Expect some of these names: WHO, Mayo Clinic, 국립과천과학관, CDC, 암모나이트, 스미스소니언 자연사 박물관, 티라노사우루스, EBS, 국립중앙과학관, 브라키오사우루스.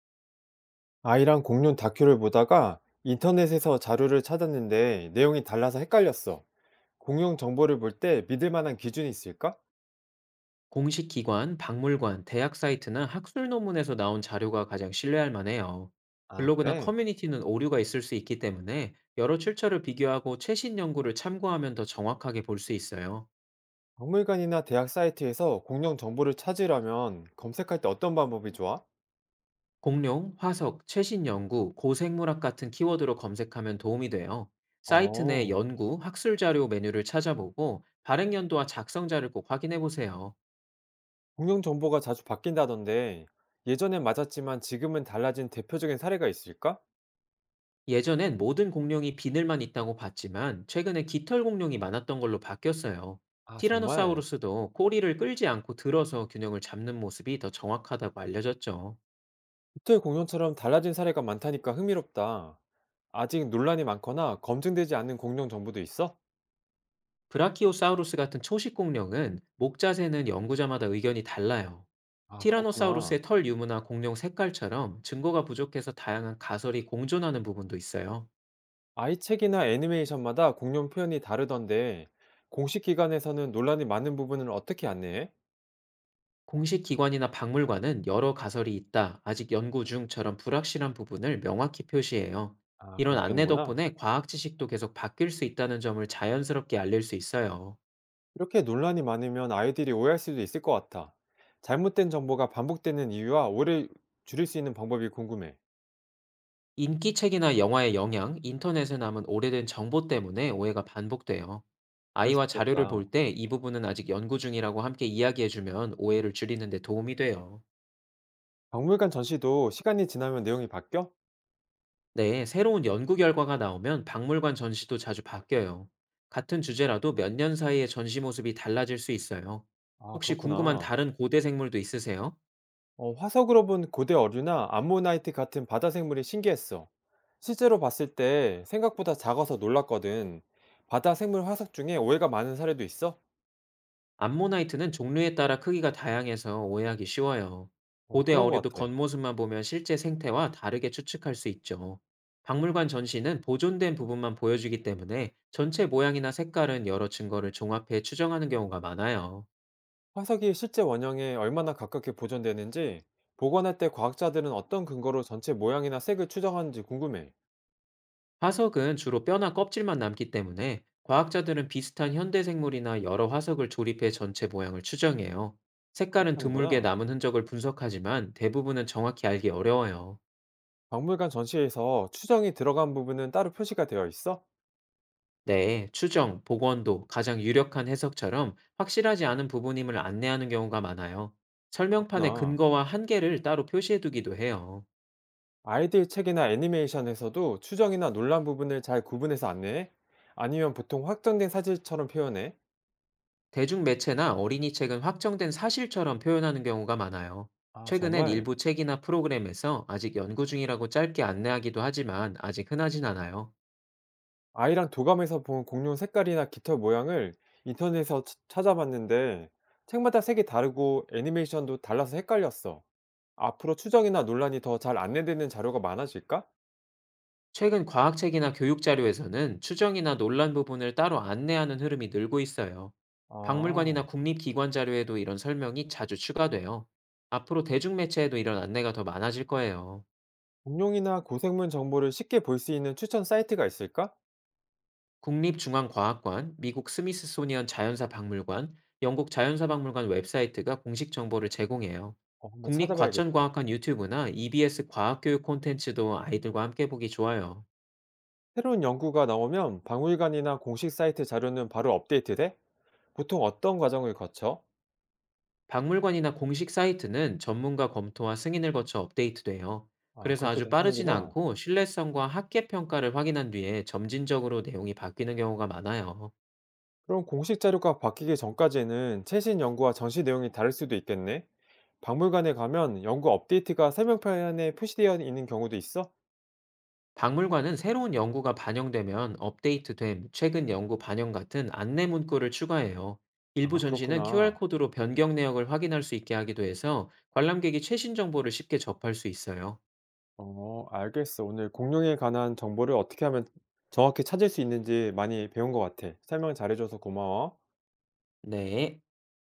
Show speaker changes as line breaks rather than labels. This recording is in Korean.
아이랑 공룡 다큐를 보다가 인터넷에서 자료를 찾았는데 내용이 달라서 헷갈렸어. 공룡 정보를 볼 때 믿을 만한 기준이 있을까?
공식 기관, 박물관, 대학 사이트나 학술 논문에서 나온 자료가 가장 신뢰할 만해요.
아,
블로그나
그래?
커뮤니티는 오류가 있을 수 있기 때문에 여러 출처를 비교하고 최신 연구를 참고하면 더 정확하게 볼 수 있어요.
박물관이나 대학 사이트에서 공룡 정보를 찾으려면 검색할 때 어떤 방법이 좋아?
공룡, 화석, 최신 연구, 고생물학 같은 키워드로 검색하면 도움이 돼요. 사이트 내
어,
연구, 학술 자료 메뉴를 찾아보고 발행 연도와 작성자를 꼭 확인해 보세요.
공룡 정보가 자주 바뀐다던데 예전엔 맞았지만 지금은 달라진 대표적인 사례가 있을까?
예전엔 모든 공룡이 비늘만 있다고 봤지만 최근에 깃털 공룡이 많았던 걸로 바뀌었어요.
아, 정말?
티라노사우루스도 꼬리를 끌지 않고 들어서 균형을 잡는 모습이 더 정확하다고 알려졌죠.
호텔 공룡처럼 달라진 사례가 많다니까 흥미롭다. 아직 논란이 많거나 검증되지 않은 공룡 정보도 있어?
브라키오사우루스 같은 초식 공룡은 목 자세는 연구자마다 의견이 달라요.
아,
티라노사우루스의
그렇구나.
털 유무나 공룡 색깔처럼 증거가 부족해서 다양한 가설이 공존하는 부분도 있어요.
아이책이나 애니메이션마다 공룡 표현이 다르던데 공식 기관에서는 논란이 많은 부분을 어떻게 안내해?
공식 기관이나 박물관은 여러 가설이 있다, 아직 연구 중처럼 불확실한 부분을 명확히 표시해요.
아,
이런
그렇게
안내
하는구나.
덕분에 과학 지식도 계속 바뀔 수 있다는 점을 자연스럽게 알릴 수 있어요.
이렇게 논란이 많으면 아이들이 오해할 수도 있을 것 같아. 잘못된 정보가 반복되는 이유와 오해를 줄일 수 있는 방법이 궁금해.
인기 책이나 영화의 영향, 인터넷에 남은 오래된 정보 때문에 오해가 반복돼요.
그럴 수
아이와 자료를
있겠다.
볼 때 이 부분은 아직 연구 중이라고 함께 이야기해주면 오해를 줄이는 데 도움이 돼요.
박물관 전시도 시간이 지나면 내용이 바뀌어?
네, 새로운 연구 결과가 나오면 박물관 전시도 자주 바뀌어요. 같은 주제라도 몇 년 사이에 전시 모습이 달라질 수 있어요.
아,
혹시 궁금한
그렇구나.
다른 고대 생물도 있으세요?
어, 화석으로 본 고대 어류나 암모나이트 같은 바다 생물이 신기했어. 실제로 봤을 때 생각보다 작아서 놀랐거든. 바다 생물 화석 중에 오해가 많은 사례도 있어?
암모나이트는 종류에 따라 크기가 다양해서 오해하기 쉬워요.
어,
고대
그런 것
어류도
같아.
겉모습만 보면 실제 생태와 다르게 추측할 수 있죠. 박물관 전시는 보존된 부분만 보여주기 때문에 전체 모양이나 색깔은 여러 증거를 종합해 추정하는 경우가 많아요.
화석이 실제 원형에 얼마나 가깝게 보존되는지, 보관할 때 과학자들은 어떤 근거로 전체 모양이나 색을 추정하는지 궁금해.
화석은 주로 뼈나 껍질만 남기 때문에 과학자들은 비슷한 현대 생물이나 여러 화석을 조립해 전체 모양을 추정해요.
그렇게
색깔은 드물게
하는구나.
남은 흔적을 분석하지만 대부분은 정확히 알기 어려워요.
박물관 전시에서 추정이 들어간 부분은 따로 표시가 되어 있어?
네, 추정, 복원도 가장 유력한 해석처럼 확실하지 않은 부분임을 안내하는 경우가 많아요. 설명판의
그렇구나.
근거와 한계를 따로 표시해두기도 해요.
아이들 책이나 애니메이션에서도 추정이나 논란 부분을 잘 구분해서 안내해? 아니면 보통 확정된 사실처럼 표현해?
대중매체나 어린이 책은 확정된 사실처럼 표현하는 경우가 많아요.
아,
최근엔
정말.
일부 책이나 프로그램에서 아직 연구 중이라고 짧게 안내하기도 하지만 아직 흔하진 않아요.
아이랑 도감에서 본 공룡 색깔이나 깃털 모양을 인터넷에서 찾아봤는데 책마다 색이 다르고 애니메이션도 달라서 헷갈렸어. 앞으로 추정이나 논란이 더 잘 안내되는 자료가 많아질까?
최근 과학책이나 교육자료에서는 추정이나 논란 부분을 따로 안내하는 흐름이 늘고 있어요. 박물관이나
아,
국립기관 자료에도 이런 설명이 자주 추가돼요. 앞으로 대중매체에도 이런 안내가 더 많아질 거예요.
공룡이나 고생물 정보를 쉽게 볼 수 있는 추천 사이트가 있을까?
국립중앙과학관, 미국 스미스소니언 자연사 박물관, 영국 자연사 박물관 웹사이트가 공식 정보를 제공해요.
어, 한번 찾아봐야겠다.
국립과천과학관 유튜브나 EBS 과학교육 콘텐츠도 아이들과 함께 보기 좋아요.
새로운 연구가 나오면 박물관이나 공식 사이트 자료는 바로 업데이트돼? 보통 어떤 과정을 거쳐?
박물관이나 공식 사이트는 전문가 검토와 승인을 거쳐 업데이트돼요.
아,
그래서 아주 빠르진
하는구나.
않고 신뢰성과 학계 평가를 확인한 뒤에 점진적으로 내용이 바뀌는 경우가 많아요.
그럼 공식 자료가 바뀌기 전까지는 최신 연구와 전시 내용이 다를 수도 있겠네. 박물관에 가면 연구 업데이트가 설명편에 표시되어 있는 경우도 있어?
박물관은 새로운 연구가 반영되면 업데이트됨, 최근 연구 반영 같은 안내 문구를 추가해요. 일부
아,
전시는
그렇구나.
QR코드로 변경 내역을 확인할 수 있게 하기도 해서 관람객이 최신 정보를 쉽게 접할 수 있어요.
어, 알겠어. 오늘 공룡에 관한 정보를 어떻게 하면 정확히 찾을 수 있는지 많이 배운 것 같아. 설명 잘해줘서 고마워.
네.